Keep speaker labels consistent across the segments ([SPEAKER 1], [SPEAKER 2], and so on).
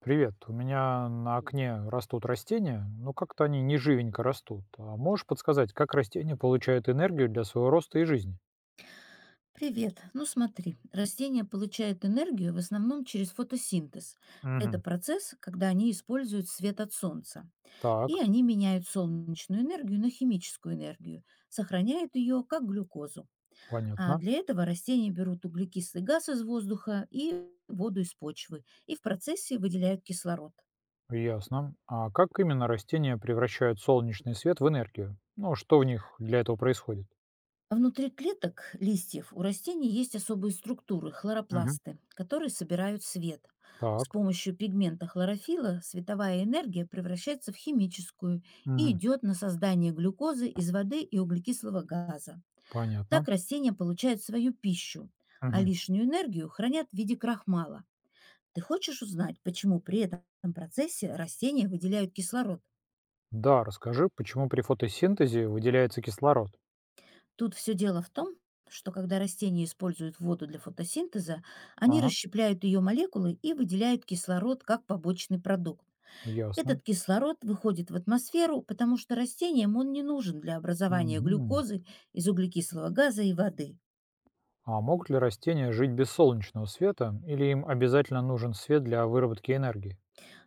[SPEAKER 1] Привет. У меня на окне растут растения, но как-то они не живенько растут. А можешь подсказать, как растения получают энергию для своего роста и жизни?
[SPEAKER 2] Привет. Ну смотри, растения получают энергию в основном через фотосинтез. Это
[SPEAKER 1] Угу.
[SPEAKER 2] процесс, когда они используют свет от солнца. И
[SPEAKER 1] Так,
[SPEAKER 2] они меняют солнечную энергию на химическую энергию, сохраняют ее как глюкозу. А
[SPEAKER 1] понятно.
[SPEAKER 2] для этого растения берут углекислый газ из воздуха и воду из почвы, и в процессе выделяют кислород.
[SPEAKER 1] Ясно. А как именно растения превращают солнечный свет в энергию? Ну, что в них для этого происходит?
[SPEAKER 2] Внутри клеток листьев у растений есть особые структуры–
[SPEAKER 1] Мгм.
[SPEAKER 2] хлоропласты, которые собирают свет.
[SPEAKER 1] Так.
[SPEAKER 2] С помощью пигмента хлорофилла световая энергия превращается в химическую и
[SPEAKER 1] Мгм.
[SPEAKER 2] идет на создание глюкозы из воды и углекислого газа.
[SPEAKER 1] Понятно.
[SPEAKER 2] Так растения получают свою пищу, а
[SPEAKER 1] Мгм.
[SPEAKER 2] лишнюю энергию хранят в виде крахмала. Ты хочешь узнать, почему при этом процессе растения выделяют кислород?
[SPEAKER 1] Да, расскажи, почему при фотосинтезе выделяется кислород?
[SPEAKER 2] Тут все дело в том, что когда растения используют воду для фотосинтеза, они
[SPEAKER 1] Ага,
[SPEAKER 2] расщепляют ее молекулы и выделяют кислород как побочный продукт.
[SPEAKER 1] ясно.
[SPEAKER 2] Этот кислород выходит в атмосферу, потому что растениям он не нужен для образования
[SPEAKER 1] Мгм.
[SPEAKER 2] глюкозы из углекислого газа и воды.
[SPEAKER 1] А могут ли растения жить без солнечного света, или им обязательно нужен свет для выработки энергии?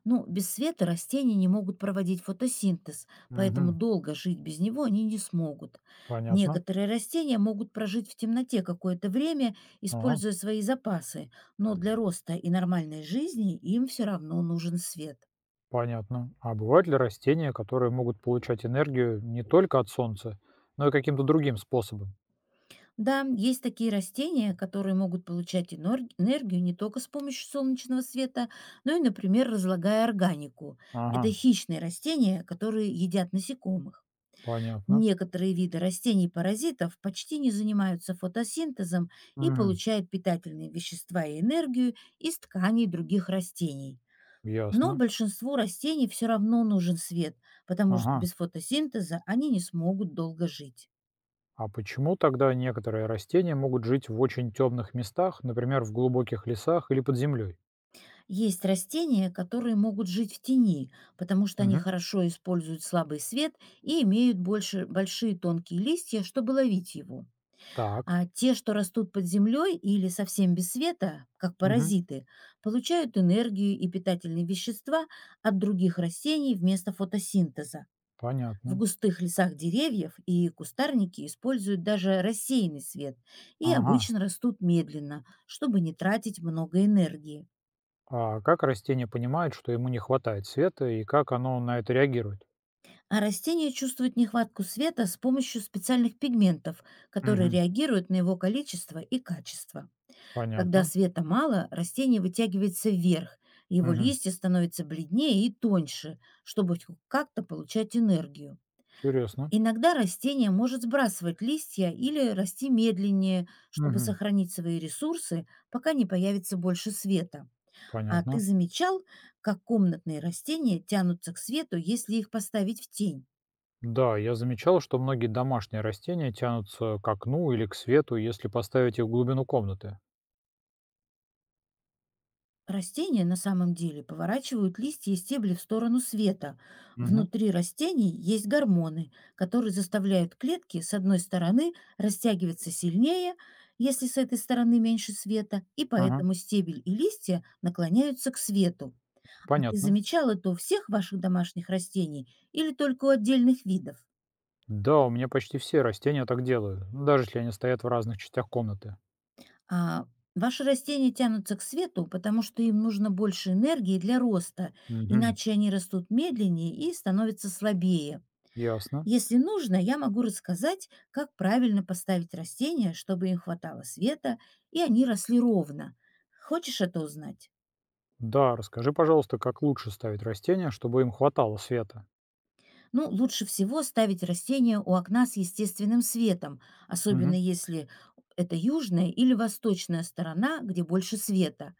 [SPEAKER 2] Ну, без света растения не могут проводить фотосинтез, поэтому
[SPEAKER 1] Мгм.
[SPEAKER 2] долго жить без него они не смогут.
[SPEAKER 1] Понятно.
[SPEAKER 2] Некоторые растения могут прожить в темноте какое-то время,
[SPEAKER 1] Ага,
[SPEAKER 2] используя свои запасы, но для роста и нормальной жизни им все равно нужен свет.
[SPEAKER 1] понятно. А бывают ли растения, которые могут получать энергию не только от солнца, но и каким-то другим способом?
[SPEAKER 2] Да, есть такие растения, которые могут получать энергию не только с помощью солнечного света, но и, например, разлагая органику. Это
[SPEAKER 1] Ага,
[SPEAKER 2] хищные растения, которые едят насекомых.
[SPEAKER 1] понятно.
[SPEAKER 2] Некоторые виды растений-паразитов почти не занимаются фотосинтезом и
[SPEAKER 1] Мгм.
[SPEAKER 2] получают питательные вещества и энергию из тканей других растений. Но
[SPEAKER 1] Ясно.
[SPEAKER 2] большинству растений все равно нужен свет, потому что
[SPEAKER 1] Ага.
[SPEAKER 2] без фотосинтеза они не смогут долго жить.
[SPEAKER 1] А почему тогда некоторые растения могут жить в очень темных местах, например, в глубоких лесах или под землей?
[SPEAKER 2] Есть растения, которые могут жить в тени, потому что они
[SPEAKER 1] Мгм.
[SPEAKER 2] хорошо используют слабый свет и имеют больше большие тонкие листья, чтобы ловить его.
[SPEAKER 1] Так.
[SPEAKER 2] А те, что растут под землей или совсем без света, как
[SPEAKER 1] Мгм.
[SPEAKER 2] паразиты, получают энергию и питательные вещества от других растений вместо фотосинтеза. В
[SPEAKER 1] Понятно.
[SPEAKER 2] густых лесах деревьев и кустарники используют даже рассеянный свет и
[SPEAKER 1] Ага.
[SPEAKER 2] обычно растут медленно, чтобы не тратить много энергии.
[SPEAKER 1] А как растение понимает, что ему не хватает света, и как оно на это реагирует?
[SPEAKER 2] А растения чувствуют нехватку света с помощью специальных пигментов, которые
[SPEAKER 1] Мгм.
[SPEAKER 2] реагируют на его количество и качество. Когда
[SPEAKER 1] Понятно.
[SPEAKER 2] света мало, растение вытягивается вверх, его
[SPEAKER 1] Мгм.
[SPEAKER 2] листья становятся бледнее и тоньше, чтобы хоть как-то получать энергию.
[SPEAKER 1] Интересно.
[SPEAKER 2] Иногда растение может сбрасывать листья или расти медленнее, чтобы
[SPEAKER 1] Мгм.
[SPEAKER 2] сохранить свои ресурсы, пока не появится больше света. А ты
[SPEAKER 1] Понятно.
[SPEAKER 2] замечал, как комнатные растения тянутся к свету, если их поставить в тень?
[SPEAKER 1] Да, я замечал, что многие домашние растения тянутся к окну или к свету, если поставить их в глубину комнаты.
[SPEAKER 2] Растения на самом деле поворачивают листья и стебли в сторону света.
[SPEAKER 1] Мгм.
[SPEAKER 2] Внутри растений есть гормоны, которые заставляют клетки с одной стороны растягиваться сильнее, если с этой стороны меньше света, и
[SPEAKER 1] Ага.
[SPEAKER 2] поэтому стебель и листья наклоняются к свету. А ты
[SPEAKER 1] Понятно.
[SPEAKER 2] замечал это у всех ваших домашних растений или только у отдельных видов?
[SPEAKER 1] Да, у меня почти все растения так делают, ну, даже если они стоят в разных частях комнаты.
[SPEAKER 2] А ваши растения тянутся к свету, потому что им нужно больше энергии для роста,
[SPEAKER 1] Мгм.
[SPEAKER 2] иначе они растут медленнее и становятся слабее.
[SPEAKER 1] Ясно.
[SPEAKER 2] Если нужно, я могу рассказать, как правильно поставить растения, чтобы им хватало света и они росли ровно. Хочешь это узнать?
[SPEAKER 1] Да, расскажи, пожалуйста, как лучше ставить растения, чтобы им хватало света.
[SPEAKER 2] Ну, лучше всего ставить растения у окна с естественным светом, особенно
[SPEAKER 1] Мгм.
[SPEAKER 2] если это южная или восточная сторона, где больше света.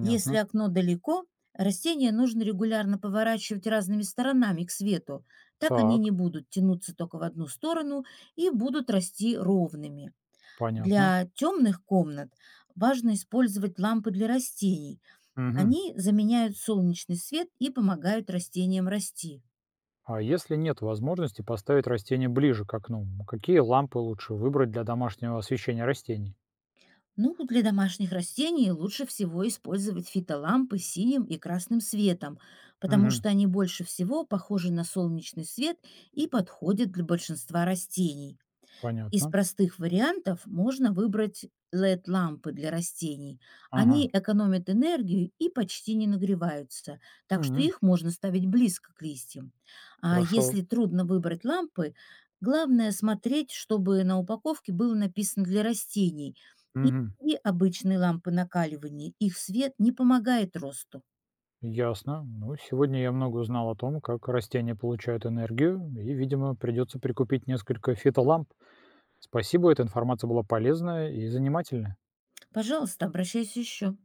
[SPEAKER 2] Если окно далеко, растения нужно регулярно поворачивать разными сторонами к свету. Так они не
[SPEAKER 1] Так.
[SPEAKER 2] будут тянуться только в одну сторону и будут расти ровными.
[SPEAKER 1] Понятно.
[SPEAKER 2] Для темных комнат важно использовать лампы для растений.
[SPEAKER 1] Мгм.
[SPEAKER 2] Они заменяют солнечный свет и помогают растениям расти.
[SPEAKER 1] А если нет возможности поставить растение ближе к окну, какие лампы лучше выбрать для домашнего освещения растений?
[SPEAKER 2] Ну, для домашних растений лучше всего использовать фитолампы с синим и красным светом, потому
[SPEAKER 1] Мгм.
[SPEAKER 2] что они больше всего похожи на солнечный свет и подходят для большинства растений. Из
[SPEAKER 1] Понятно.
[SPEAKER 2] простых вариантов можно выбрать LED-лампы для растений. Они
[SPEAKER 1] Ага.
[SPEAKER 2] экономят энергию и почти не нагреваются, так что
[SPEAKER 1] Мгм.
[SPEAKER 2] их можно ставить близко к листьям. А
[SPEAKER 1] Хорошо.
[SPEAKER 2] если трудно выбрать лампы, главное смотреть, чтобы на упаковке было написано «для растений». И
[SPEAKER 1] Мгм.
[SPEAKER 2] и обычные лампы накаливания, их свет не помогает росту.
[SPEAKER 1] Ясно. Ну, сегодня я много узнал о том, как растения получают энергию, и, видимо, придется прикупить несколько фитоламп. Спасибо, эта информация была полезная и занимательная.
[SPEAKER 2] Пожалуйста, обращайся еще.